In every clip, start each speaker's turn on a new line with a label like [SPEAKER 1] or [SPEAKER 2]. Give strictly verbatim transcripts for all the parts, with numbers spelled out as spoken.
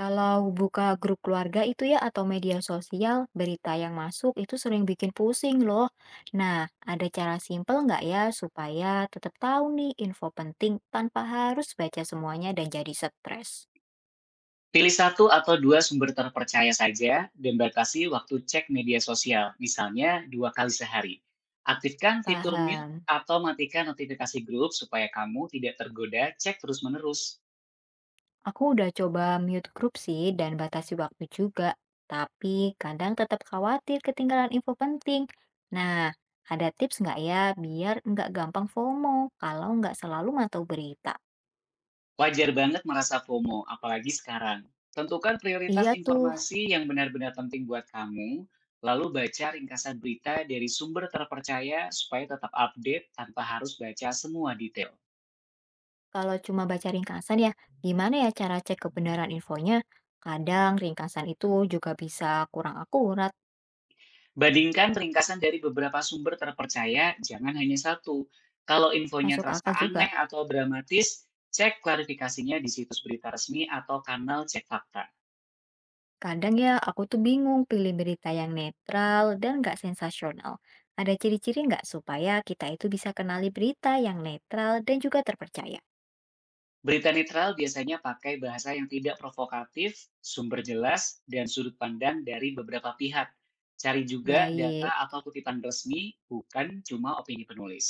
[SPEAKER 1] Kalau buka grup keluarga itu ya atau media sosial, berita yang masuk itu sering bikin pusing loh. Nah, ada cara simpel nggak ya supaya tetap tahu nih info penting tanpa harus baca semuanya dan jadi stres?
[SPEAKER 2] Pilih satu atau dua sumber terpercaya saja dan batasi waktu cek media sosial, misalnya dua kali sehari. Aktifkan fitur mute
[SPEAKER 1] Paham.
[SPEAKER 2] atau matikan notifikasi grup supaya kamu tidak tergoda cek terus-menerus.
[SPEAKER 1] Aku udah coba mute grup sih dan batasi waktu juga, tapi kadang tetap khawatir ketinggalan info penting. Nah, ada tips nggak ya biar nggak gampang FOMO kalau nggak selalu mantau berita?
[SPEAKER 2] Wajar banget merasa FOMO, apalagi sekarang. Tentukan prioritas
[SPEAKER 1] Iya tuh.
[SPEAKER 2] informasi yang benar-benar penting buat kamu, lalu baca ringkasan berita dari sumber terpercaya supaya tetap update tanpa harus baca semua detail.
[SPEAKER 1] Kalau cuma baca ringkasan ya, gimana ya cara cek kebenaran infonya? Kadang ringkasan itu juga bisa kurang akurat,
[SPEAKER 2] Bandingkan ringkasan dari beberapa sumber terpercaya, jangan hanya satu. Kalau infonya
[SPEAKER 1] masuk
[SPEAKER 2] terasa
[SPEAKER 1] akal juga.
[SPEAKER 2] aneh atau dramatis, cek klarifikasinya di situs berita resmi atau kanal cek fakta.
[SPEAKER 1] Kadang ya aku tuh bingung pilih berita yang netral dan nggak sensasional. Ada ciri-ciri nggak supaya kita itu bisa kenali berita yang netral dan juga terpercaya?
[SPEAKER 2] Berita netral biasanya pakai bahasa yang tidak provokatif, sumber jelas, dan sudut pandang dari beberapa pihak. Cari juga data
[SPEAKER 1] Baik,
[SPEAKER 2] atau kutipan resmi, bukan cuma opini penulis.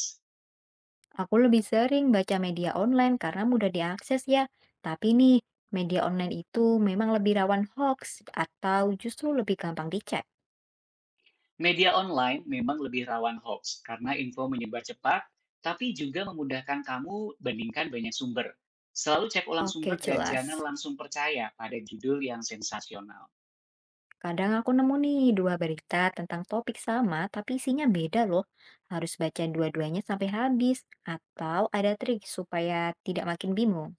[SPEAKER 1] aku lebih sering baca media online karena mudah diakses ya. Tapi nih, media online itu memang lebih rawan hoax atau justru lebih gampang dicek.
[SPEAKER 2] Media online memang lebih rawan hoax karena info menyebar cepat, tapi juga memudahkan kamu bandingkan banyak sumber. Selalu cek ulang sumber
[SPEAKER 1] Oke,
[SPEAKER 2] dan jangan
[SPEAKER 1] jelas.
[SPEAKER 2] langsung percaya pada judul yang sensasional.
[SPEAKER 1] Kadang aku nemu nih dua berita tentang topik sama tapi isinya beda loh. Harus baca dua-duanya sampai habis atau ada trik supaya tidak makin bingung?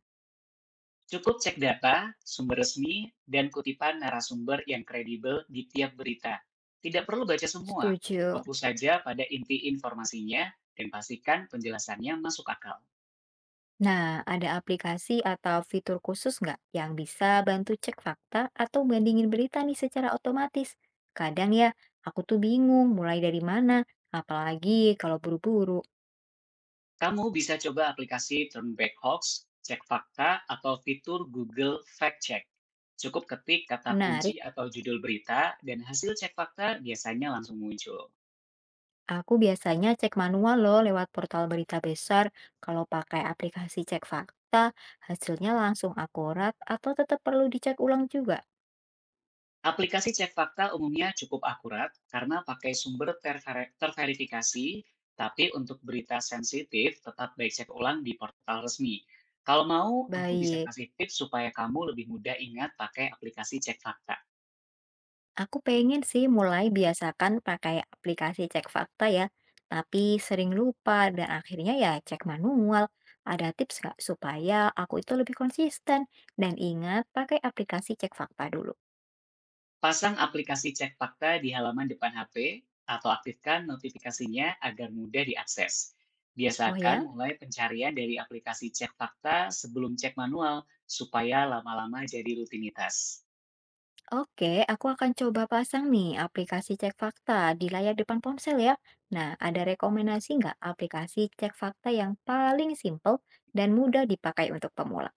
[SPEAKER 2] Cukup cek data, sumber resmi, dan kutipan narasumber yang kredibel di tiap berita. Tidak perlu baca semua,
[SPEAKER 1] Setuju.
[SPEAKER 2] fokus saja pada inti informasinya dan pastikan penjelasannya masuk akal.
[SPEAKER 1] Nah, ada aplikasi atau fitur khusus nggak yang bisa bantu cek fakta atau bandingin berita nih secara otomatis? Kadang ya, aku tuh bingung mulai dari mana, apalagi kalau buru-buru.
[SPEAKER 2] Kamu bisa coba aplikasi Turnback Hoax, Cek Fakta, atau fitur Google Fact Check. Cukup ketik kata kunci
[SPEAKER 1] Menarik.
[SPEAKER 2] atau judul berita, dan hasil cek fakta biasanya langsung muncul.
[SPEAKER 1] Aku biasanya cek manual loh lewat portal berita besar. Kalau pakai aplikasi cek fakta, hasilnya langsung akurat atau tetap perlu dicek ulang juga?
[SPEAKER 2] Aplikasi cek fakta umumnya cukup akurat karena pakai sumber terver- terverifikasi, tapi untuk berita sensitif tetap baik cek ulang di portal resmi. Kalau mau, aku bisa
[SPEAKER 1] Baik,
[SPEAKER 2] kasih tips supaya kamu lebih mudah ingat pakai aplikasi cek fakta.
[SPEAKER 1] aku pengen sih mulai biasakan pakai aplikasi cek fakta ya, tapi sering lupa dan akhirnya ya cek manual. Ada tips nggak supaya aku itu lebih konsisten dan ingat pakai aplikasi cek fakta dulu?
[SPEAKER 2] Pasang aplikasi cek fakta di halaman depan H P atau aktifkan notifikasinya agar mudah diakses.
[SPEAKER 1] Oh
[SPEAKER 2] Biasakan
[SPEAKER 1] ya?
[SPEAKER 2] mulai pencarian dari aplikasi cek fakta sebelum cek manual supaya lama-lama jadi rutinitas.
[SPEAKER 1] Oke, aku akan coba pasang nih aplikasi cek fakta di layar depan ponsel ya. Nah, ada rekomendasi nggak aplikasi cek fakta yang paling simple dan mudah dipakai untuk pemula?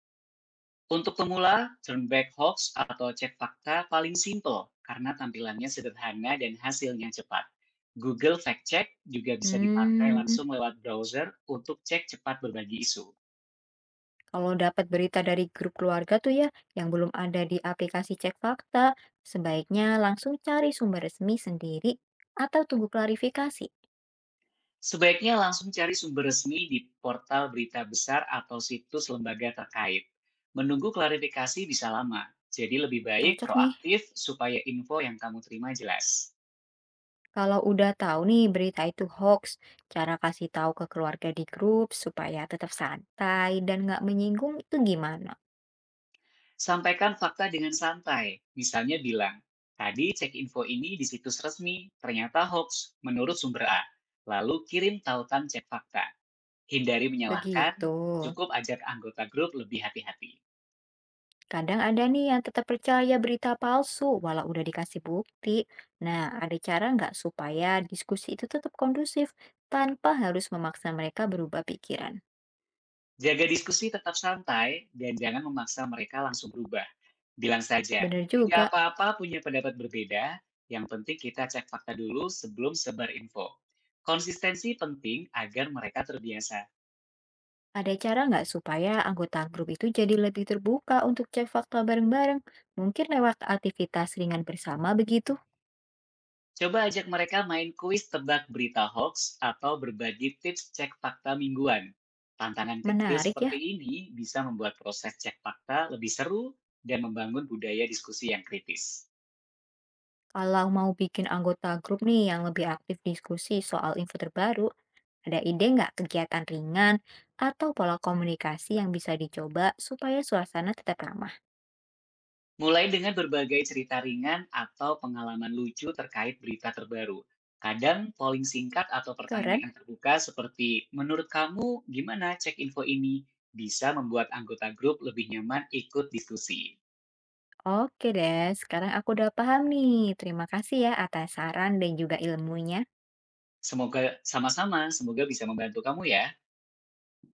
[SPEAKER 2] Untuk pemula, turn back hoax atau cek fakta paling simple karena tampilannya sederhana dan hasilnya cepat. Google Fact Check juga bisa dipakai
[SPEAKER 1] Hmm,
[SPEAKER 2] langsung lewat browser untuk cek cepat berbagi isu.
[SPEAKER 1] kalau dapat berita dari grup keluarga tuh ya, yang belum ada di aplikasi cek fakta, sebaiknya langsung cari sumber resmi sendiri atau tunggu klarifikasi?
[SPEAKER 2] Sebaiknya langsung cari sumber resmi di portal berita besar atau situs lembaga terkait. Menunggu klarifikasi bisa lama, jadi lebih baik
[SPEAKER 1] Cocok nih.
[SPEAKER 2] proaktif supaya info yang kamu terima jelas.
[SPEAKER 1] Kalau udah tahu nih berita itu hoax, cara kasih tahu ke keluarga di grup supaya tetap santai dan nggak menyinggung itu gimana?
[SPEAKER 2] Sampaikan fakta dengan santai, misalnya bilang, tadi cek info ini di situs resmi, ternyata hoax menurut sumber A. Lalu kirim tautan cek fakta. Hindari menyalahkan,
[SPEAKER 1] Begitu.
[SPEAKER 2] cukup ajak anggota grup lebih hati-hati.
[SPEAKER 1] Kadang ada nih yang tetap percaya berita palsu walau udah dikasih bukti. Nah, ada cara nggak supaya diskusi itu tetap kondusif tanpa harus memaksa mereka berubah pikiran?
[SPEAKER 2] Jaga diskusi tetap santai dan jangan memaksa mereka langsung berubah. Bilang saja,
[SPEAKER 1] Bener
[SPEAKER 2] tidak
[SPEAKER 1] juga,
[SPEAKER 2] apa-apa punya pendapat berbeda, yang penting kita cek fakta dulu sebelum sebar info. Konsistensi penting agar mereka terbiasa.
[SPEAKER 1] ada cara nggak supaya anggota grup itu jadi lebih terbuka untuk cek fakta bareng-bareng? Mungkin lewat aktivitas ringan bersama begitu?
[SPEAKER 2] Coba ajak mereka main kuis tebak berita hoax atau berbagi tips cek fakta mingguan. Tantangan kecil
[SPEAKER 1] Menarik ya,
[SPEAKER 2] seperti ini bisa membuat proses cek fakta lebih seru dan membangun budaya diskusi yang kritis.
[SPEAKER 1] kalau mau bikin anggota grup nih yang lebih aktif diskusi soal info terbaru, ada ide nggak kegiatan ringan atau pola komunikasi yang bisa dicoba supaya suasana tetap ramah?
[SPEAKER 2] Mulai dengan berbagai cerita ringan atau pengalaman lucu terkait berita terbaru. Kadang polling singkat atau
[SPEAKER 1] Keren?
[SPEAKER 2] pertanyaan terbuka seperti menurut kamu gimana cek info ini bisa membuat anggota grup lebih nyaman ikut diskusi.
[SPEAKER 1] Oke deh, sekarang aku udah paham nih. Terima kasih ya atas saran dan juga ilmunya.
[SPEAKER 2] Semoga sama-sama, semoga bisa membantu kamu ya.